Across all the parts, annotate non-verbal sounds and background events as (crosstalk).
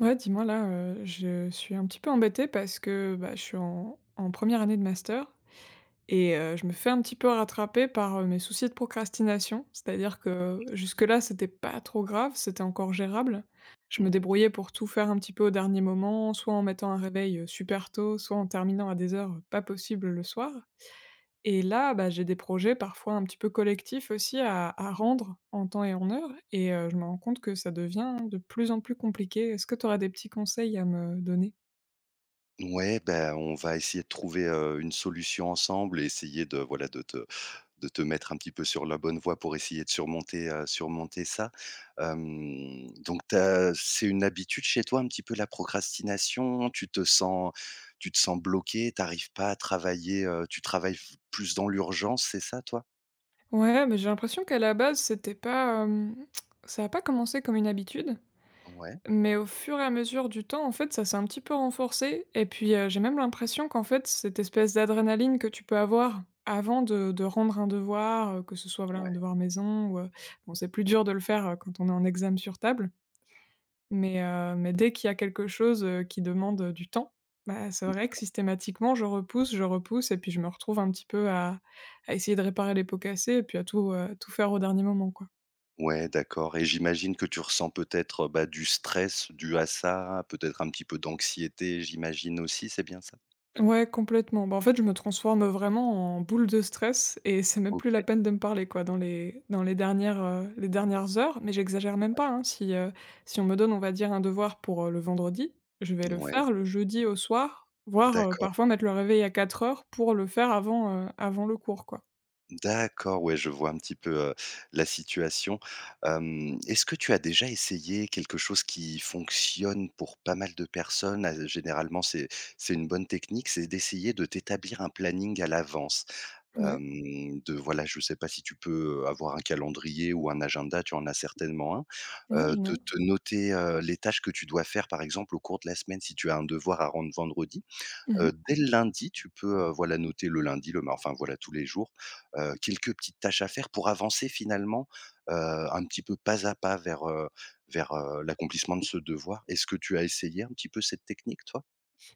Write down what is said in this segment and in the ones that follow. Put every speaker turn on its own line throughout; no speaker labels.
Ouais, dis-moi là, je suis un petit peu embêtée parce que, bah, je suis en 1re année de master et je me fais un petit peu rattraper par, mes soucis de procrastination. C'est-à-dire que jusque-là, c'était pas trop grave, c'était encore gérable. Je me
Mmh.
débrouillais pour tout faire un petit peu au dernier moment, soit en mettant un réveil, super tôt, soit en terminant à des heures, pas possibles le soir. Et là, bah, j'ai des projets parfois un petit peu collectifs aussi à rendre en temps et en heure et je me rends compte que ça devient de plus en plus compliqué. Est-ce que tu aurais des petits conseils à me donner?
Ouais, on va essayer de trouver, une solution ensemble et essayer de, voilà, de te mettre un petit peu sur la bonne voie pour essayer de surmonter, surmonter ça. Donc tu c'est une habitude chez toi un petit peu la procrastination? Tu te sens bloqué, tu arrives pas à travailler, tu travailles f plus dans l'urgence, c'est ça toi?
Ouais, mais j'ai l'impression qu'à la base, c'était pas, ça a pas commencé comme une habitude,
Ouais,
mais au fur et à mesure du temps, en fait, ça s'est un petit peu renforcé et puis, j'ai même l'impression qu'en fait, cette espèce d'adrénaline que tu peux avoir avant de rendre un devoir, que ce soit, voilà,
ouais,
un devoir maison ou, bon, c'est plus dur de le faire, quand on est en examen sur table. Mais dès qu'il y a quelque chose, qui demande, du temps, bah, c'est vrai que
d'ac
systématiquement je repousse et puis je me retrouve un petit peu à essayer de réparer les pots cassés et puis à tout, tout faire au dernier moment, quoi.
ouais, d'accord, et j'imagine que tu ressens peut-être, bah, du stress dû à ça, peut-être un petit peu d'anxiété, j'imagine aussi, c'est bien ça?
Ouais, complètement. Bah, en fait, je me transforme vraiment en boule de stress et c'est même plus la
OK,
peine de me parler, quoi, dans les dernières heures. Mais j'exagère même pas, hein. Si, si on me donne, on va dire, un devoir pour, le vendredi, je vais le
ouais,
faire le jeudi au soir, voire,
d'accord,
parfois mettre le réveil à quatre heures pour le faire avant, avant le cours, quoi.
d'accord, ouais, je vois un petit peu, la situation. Est-ce que tu as déjà essayé quelque chose qui fonctionne pour pas mal de personnes? Généralement, c'est une bonne technique, c'est d'essayer de t'établir un planning à l'avance.
Ouais,
De voilà, je sais pas si tu peux avoir un calendrier ou un agenda, tu en as certainement un.
ouais,
De
génial.
te noter, les tâches que tu dois faire, par exemple, au cours de la semaine, si tu as un devoir à rendre vendredi.
Mmh.
Dès le lundi, tu peux, voilà, noter le lundi, le mar enfin, voilà, tous les jours, quelques petites tâches à faire pour avancer finalement, un petit peu pas à pas vers, vers, l'accomplissement de ce devoir. Est-ce que tu as essayé un petit peu cette technique, toi?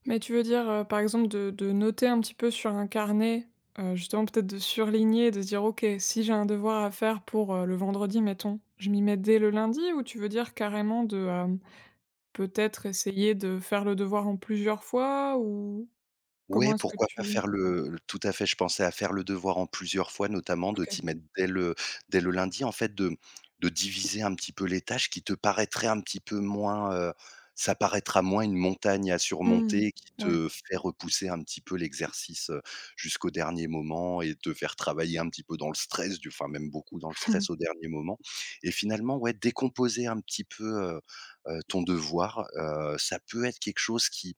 Mais tu veux dire, par exemple de noter un petit peu sur un carnet, justement peut-être de surligner, de se dire: «OK, si j'ai un devoir à faire pour, le vendredi mettons, je m'y mets dès le lundi», ou tu veux dire carrément de, peut-être essayer de faire le devoir en plusieurs fois ou
Ouais,
comment est-ce que
pourquoi pas
tu
faire le tout à fait, je pensais à faire le devoir en plusieurs fois, notamment de
OK.
t'y mettre dès le lundi, en fait, de diviser un petit peu les tâches qui te paraîtraient un petit peu moins, ça paraîtra moins une montagne à
Mmh.
surmonter qui
Ouais.
te fait repousser un petit peu l'exercice, jusqu'au dernier moment et te faire travailler un petit peu dans le stress du enfin, même beaucoup dans le stress au
(laughs)
dernier moment, et finalement, ouais, décomposer un petit peu, ton devoir, ça peut être quelque chose qui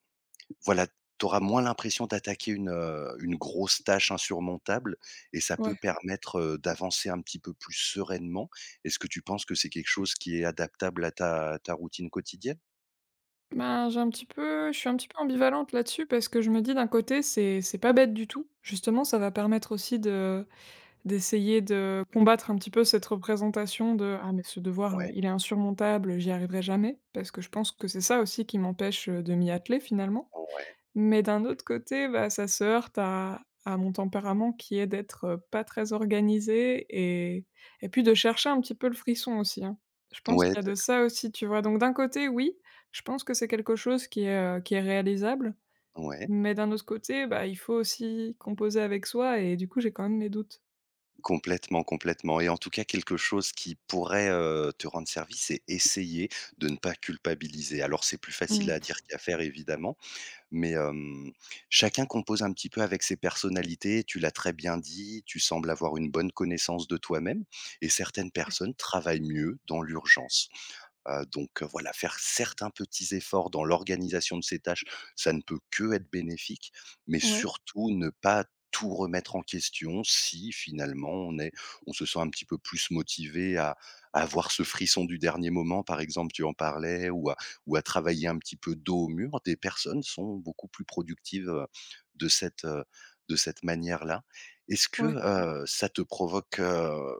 voilà, tu auras moins l'impression d'attaquer une grosse tâche insurmontable et ça peut
Ouais.
permettre, d'avancer un petit peu plus sereinement. Est-ce que tu penses que c'est quelque chose qui est adaptable à ta routine quotidienne?
Ben, j'ai un petit peu je suis un petit peu ambivalente là-dessus parce que je me dis d'un côté c'est pas bête du tout. Justement ça va permettre aussi de d'essayer de combattre un petit peu cette représentation de: «Ah mais ce devoir,
Ouais,
il est insurmontable, j'y arriverai jamais», parce que je pense que c'est ça aussi qui m'empêche, de m'y atteler finalement.
ouais,
Mais d'un autre côté, bah, ça se heurte à mon tempérament qui est d'être, pas très organisé et puis de chercher un petit peu le frisson aussi, hein. Je pense
ouais,
qu'il y
d
a de ça aussi, tu vois? Donc d'un côté, oui, je pense que c'est quelque chose qui est réalisable,
ouais,
mais d'un autre côté, bah, il faut aussi composer avec soi et du coup, j'ai quand même mes doutes.
complètement, complètement, et en tout cas quelque chose qui pourrait, te rendre service, c'est essayer de ne pas culpabiliser. Alors c'est plus
Mmh,
facile à dire
ouais.
qu'à faire évidemment. Mais, chacun compose un petit peu avec ses personnalités. Tu l'as très bien dit, tu sembles avoir une bonne connaissance de toi-même, et certaines personnes travaillent mieux dans l'urgence. Donc, voilà, faire certains petits efforts dans l'organisation de ces tâches, ça ne peut que être bénéfique, mais
Ouais,
surtout ne pas tout remettre en question si finalement on se sent un petit peu plus motivé à avoir ce frisson du dernier moment, par exemple, tu en parlais, ou à travailler un petit peu dos au mur. Des personnes sont beaucoup plus productives, de cette, heu, de cette manière-là.
ouais.
Mmh. Ça te provoque,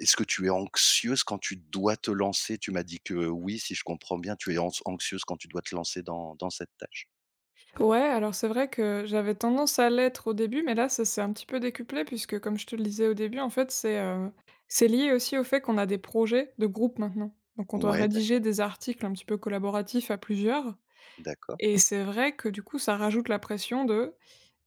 est-ce que tu es anxieuse quand tu dois te lancer? Tu m'as dit que oui, si je comprends bien, tu es ans anxieuse quand tu dois te lancer dans cette tâche.
Ouais, alors c'est vrai que j'avais tendance à l'être au début, mais là, ça s'est un petit peu décuplé puisque comme je te le disais au début, en fait, c'est lié aussi au fait qu'on a des projets de groupe maintenant. Donc on doit
Ouais, d'accord,
rédiger des articles un petit peu collaboratifs à plusieurs
d'accord.
et c'est vrai que du coup, ça rajoute la pression de: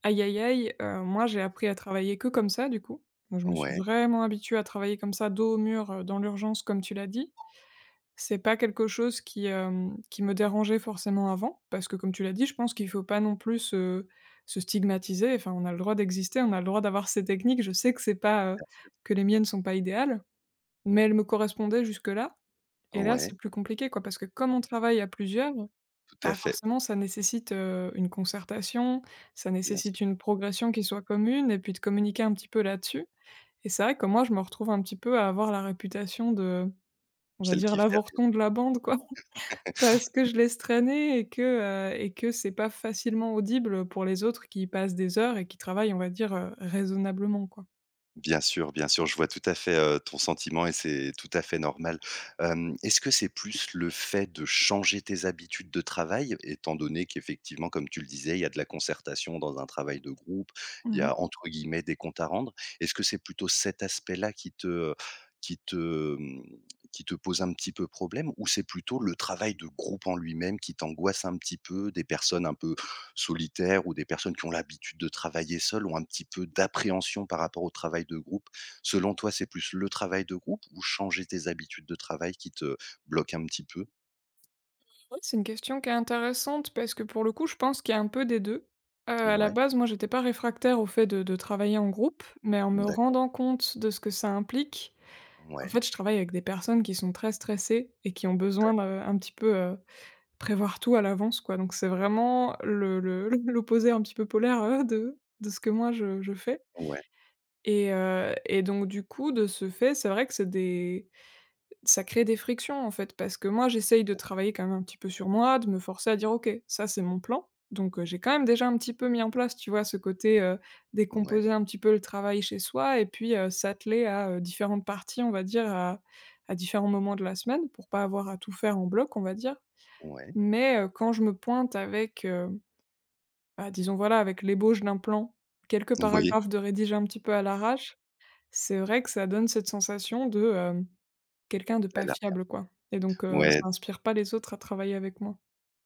«Aïe aïe aïe, moi j'ai appris à travailler que comme ça du coup». Donc je me suis
Ouais,
vraiment habituée à travailler comme ça, dos au mur, dans l'urgence comme tu l'as dit. C'est pas quelque chose qui, qui me dérangeait forcément avant, parce que comme tu l'as dit, je pense qu'il faut pas non plus se se stigmatiser. Enfin, on a le droit d'exister, on a le droit d'avoir ces techniques. Je sais que c'est pas,
bien sûr.
que les miennes sont pas idéales, mais elles me correspondaient jusque-là et là,
Ouais,
c'est plus compliqué, quoi, parce que comme on travaille à plusieurs,
tout à
bah,
fait,
forcément ça nécessite, une concertation, ça
bien sûr.
nécessite une progression qui soit commune et puis de communiquer un petit peu là-dessus et c'est vrai que moi, je me retrouve un petit peu à avoir la réputation de, on va
Celle
dire,
qui fait rien.
l'avorton de la bande, quoi.
(laughs)
Parce que je laisse traîner et que c'est pas facilement audible pour les autres qui y passent des heures et qui travaillent, on va dire, raisonnablement, quoi.
Bien sûr, je vois tout à fait, ton sentiment, et c'est tout à fait normal. Est-ce que c'est plus le fait de changer tes habitudes de travail, étant donné qu'effectivement, comme tu le disais, il y a de la concertation dans un travail de groupe, il y
Mmh mh.
a entre guillemets «des comptes à rendre». Est-ce que c'est plutôt cet aspect-là mmh, qui te pose un petit peu problème, ou c'est plutôt le travail de groupe en lui-même qui t'angoisse un petit peu, des personnes un peu solitaires ou des personnes qui ont l'habitude de travailler seules ont un petit peu d'appréhension par rapport au travail de groupe. Selon toi, c'est plus le travail de groupe ou changer tes habitudes de travail qui te bloquent un petit peu?
Ouais, c'est une question qui est intéressante parce que, pour le coup, je pense qu'il y a un peu des 2. À la
Ouais,
base, moi, j'étais pas réfractaire au fait de travailler en groupe, mais en me
d'accord,
rendant compte de ce que ça implique, en
ouais,
fait, je travaille avec des personnes qui sont très stressées et qui ont besoin
d'ac
de un petit peu, prévoir tout à l'avance, quoi. Donc c'est vraiment le (laughs) l'opposé un petit peu polaire, de ce que moi je fais.
ouais,
Et donc du coup, de ce fait, c'est vrai que c'est des ça crée des frictions, en fait, parce que moi, j'essaye de travailler quand même un petit peu sur moi, de me forcer à dire: «OK, ça, c'est mon plan», donc j'ai quand même déjà un petit peu mis en place, tu vois, ce côté,
ouais,
décomposer un petit peu le travail chez soi et puis, s'atteler à, différentes parties, on va dire, à différents moments de la semaine pour pas avoir à tout faire en bloc, on va dire.
ouais, ouais,
Mais quand je me pointe avec, bah, disons, voilà, avec l'ébauche d'un plan, quelques
oui,
paragraphes de rédiger un petit peu à l'arrache, c'est vrai que ça donne cette sensation de, quelqu'un de pas
elle a
fiable, quoi et donc ça
Ouais.
inspire pas les autres à travailler avec moi.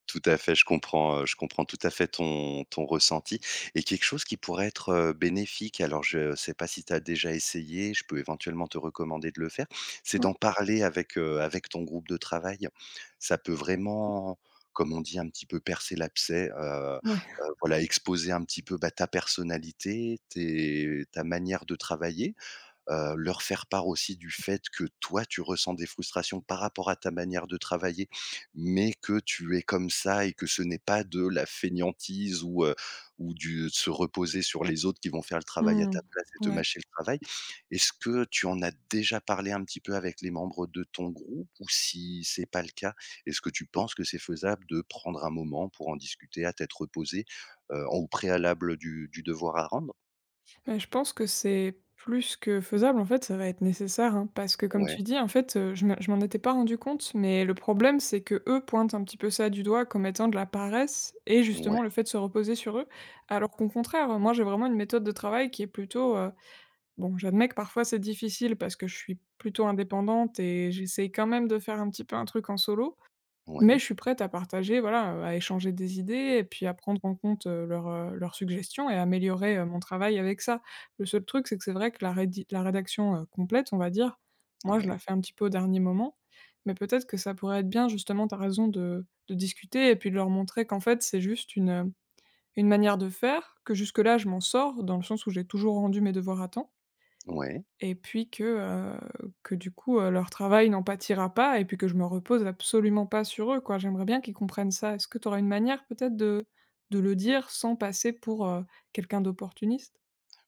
Tout à fait, je comprends tout à fait ton ressenti, et quelque chose qui pourrait être, bénéfique, alors je ne sais pas si tu as déjà essayé, je peux éventuellement te recommander de le faire, c'est d'en
Ouais,
parler avec, avec ton groupe de travail. Ça peut vraiment, comme on dit, un petit peu percer l'abcès,
ouais.
voilà, exposer un petit peu, bah, ta personnalité, tes ta manière de travailler. Leur faire part aussi du fait que toi, tu ressens des frustrations par rapport à ta manière de travailler, mais que tu es comme ça et que ce n'est pas de la fainéantise, ou du se reposer sur les autres qui vont faire le travail à
Mmh.
ta place et te
Ouais.
mâcher le travail. Est-ce que tu en as déjà parlé un petit peu avec les membres de ton groupe? Ou si c'est pas le cas, est-ce que tu penses que c'est faisable de prendre un moment pour en discuter à tête reposée, en au préalable du devoir à rendre?
Bah, je pense que c'est plus que faisable, en fait, ça va être nécessaire, hein, parce que comme
Ouais,
tu dis, en fait, je m'en étais pas rendu compte, mais le problème, c'est que eux pointent un petit peu ça du doigt comme étant de la paresse et
ouais,
justement le fait de se reposer sur eux. Alors qu'au contraire, moi, j'ai vraiment une méthode de travail qui est plutôt, bon, j'admets que parfois c'est difficile parce que je suis plutôt indépendante et j'essaye quand même de faire un petit peu un truc en solo, mais
ouais,
je suis prête à partager, voilà, à échanger des idées et puis à prendre en compte, leurs, leurs suggestions et à améliorer, mon travail avec ça. Le seul truc, c'est que c'est vrai que la rédaction, complète, on va dire, moi je la
ouais,
fais un petit peu au dernier moment, mais peut-être que ça pourrait être bien justement, tu raison, de discuter et puis de leur montrer qu'en fait c'est juste une manière de faire, que jusque-là je m'en sors dans le sens où j'ai toujours rendu mes devoirs à temps
ouais.
et puis que du coup, leur travail n'en pâtira pas et puis que je me repose absolument pas sur eux, quoi. J'aimerais bien qu'ils comprennent ça. Est-ce que tu auras une manière peut-être de le dire sans passer pour, quelqu'un d'opportuniste?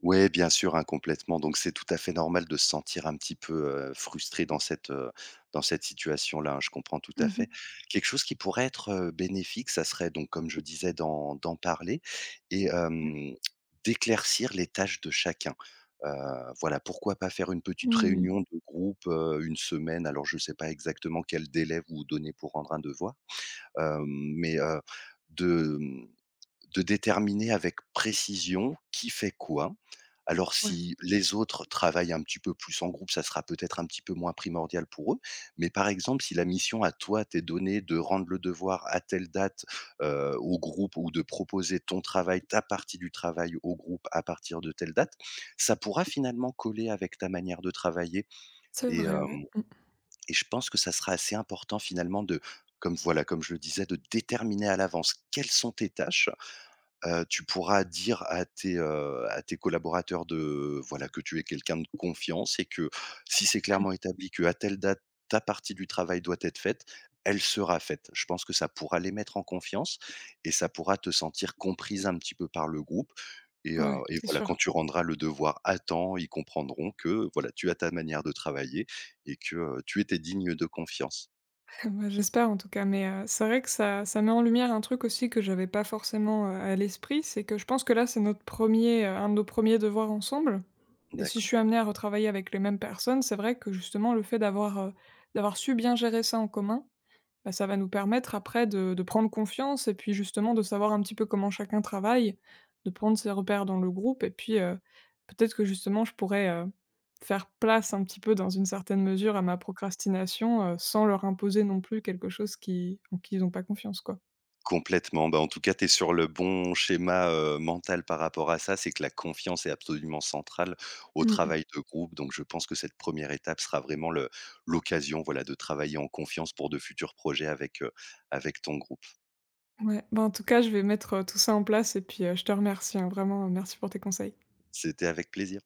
Ouais, bien sûr, hein, complètement. Donc c'est tout à fait normal de se sentir un petit peu, frustré dans cette situation-là, hein, je comprends tout à
Mmh mh.
fait. Quelque chose qui pourrait être, bénéfique, ça serait donc comme je disais d'en parler et d'éclaircir les tâches de chacun. Heu, voilà, pourquoi pas faire une petite
Mmh.
réunion de groupe, 1 semaine, alors je ne sais pas exactement quel délai vous donnez pour rendre un devoir, hem, mais, mmh, de déterminer avec précision qui fait quoi, alors
Ouais,
si les autres travaillent un petit peu plus en groupe, ça sera peut-être un petit peu moins primordial pour eux. Mais par exemple, si la mission à toi t'est donnée de rendre le devoir à telle date, au groupe, ou de proposer ton travail, ta partie du travail au groupe à partir de telle date, ça pourra finalement coller avec ta manière de travailler,
c'est
et
vrai, ouais.
hem
Mmh.
et je pense que ça sera assez important finalement de comme voilà, comme je le disais, de déterminer à l'avance quelles sont tes tâches. Tu pourras dire à tes collaborateurs de voilà, que tu es quelqu'un de confiance, et que si c'est clairement établi que à telle date, ta partie du travail doit être faite, elle sera faite. Je pense que ça pourra les mettre en confiance, et ça pourra te sentir comprise un petit peu par le groupe,
Ouais,
et
c'est
voilà,
sûr.
quand tu rendras le devoir à temps, ils comprendront que voilà, tu as ta manière de travailler, et que, tu étais digne de confiance.
(laughs) Bah, j'espère en tout cas, mais c'est vrai que ça met en lumière un truc aussi que j'avais pas forcément, à l'esprit, c'est que je pense que là, c'est notre premier er un de nos premiers devoirs ensemble et si je
D'accord.
suis amenée à retravailler avec les mêmes personnes, c'est vrai que justement le fait d'avoir, d'avoir su bien gérer ça en commun, bah, ça va nous permettre après de prendre confiance et puis justement de savoir un petit peu comment chacun travaille, de prendre ses repères dans le groupe et puis, peut-être que justement je pourrais, faire place un petit peu dans une certaine mesure à ma procrastination, sans leur imposer non plus quelque chose qui ils ont pas confiance, quoi.
Complètement, bah, en tout cas, tu es sur le bon schéma, mental par rapport à ça. C'est que la confiance est absolument centrale au
Mmh mh.
travail de groupe, donc je pense que cette première étape sera vraiment le l'occasion, voilà, de travailler en confiance pour de futurs projets avec, avec ton groupe.
Ouais, bah, en tout cas je vais mettre, tout ça en place et puis, je te remercie, hein, vraiment, merci pour tes conseils.
C'était avec plaisir.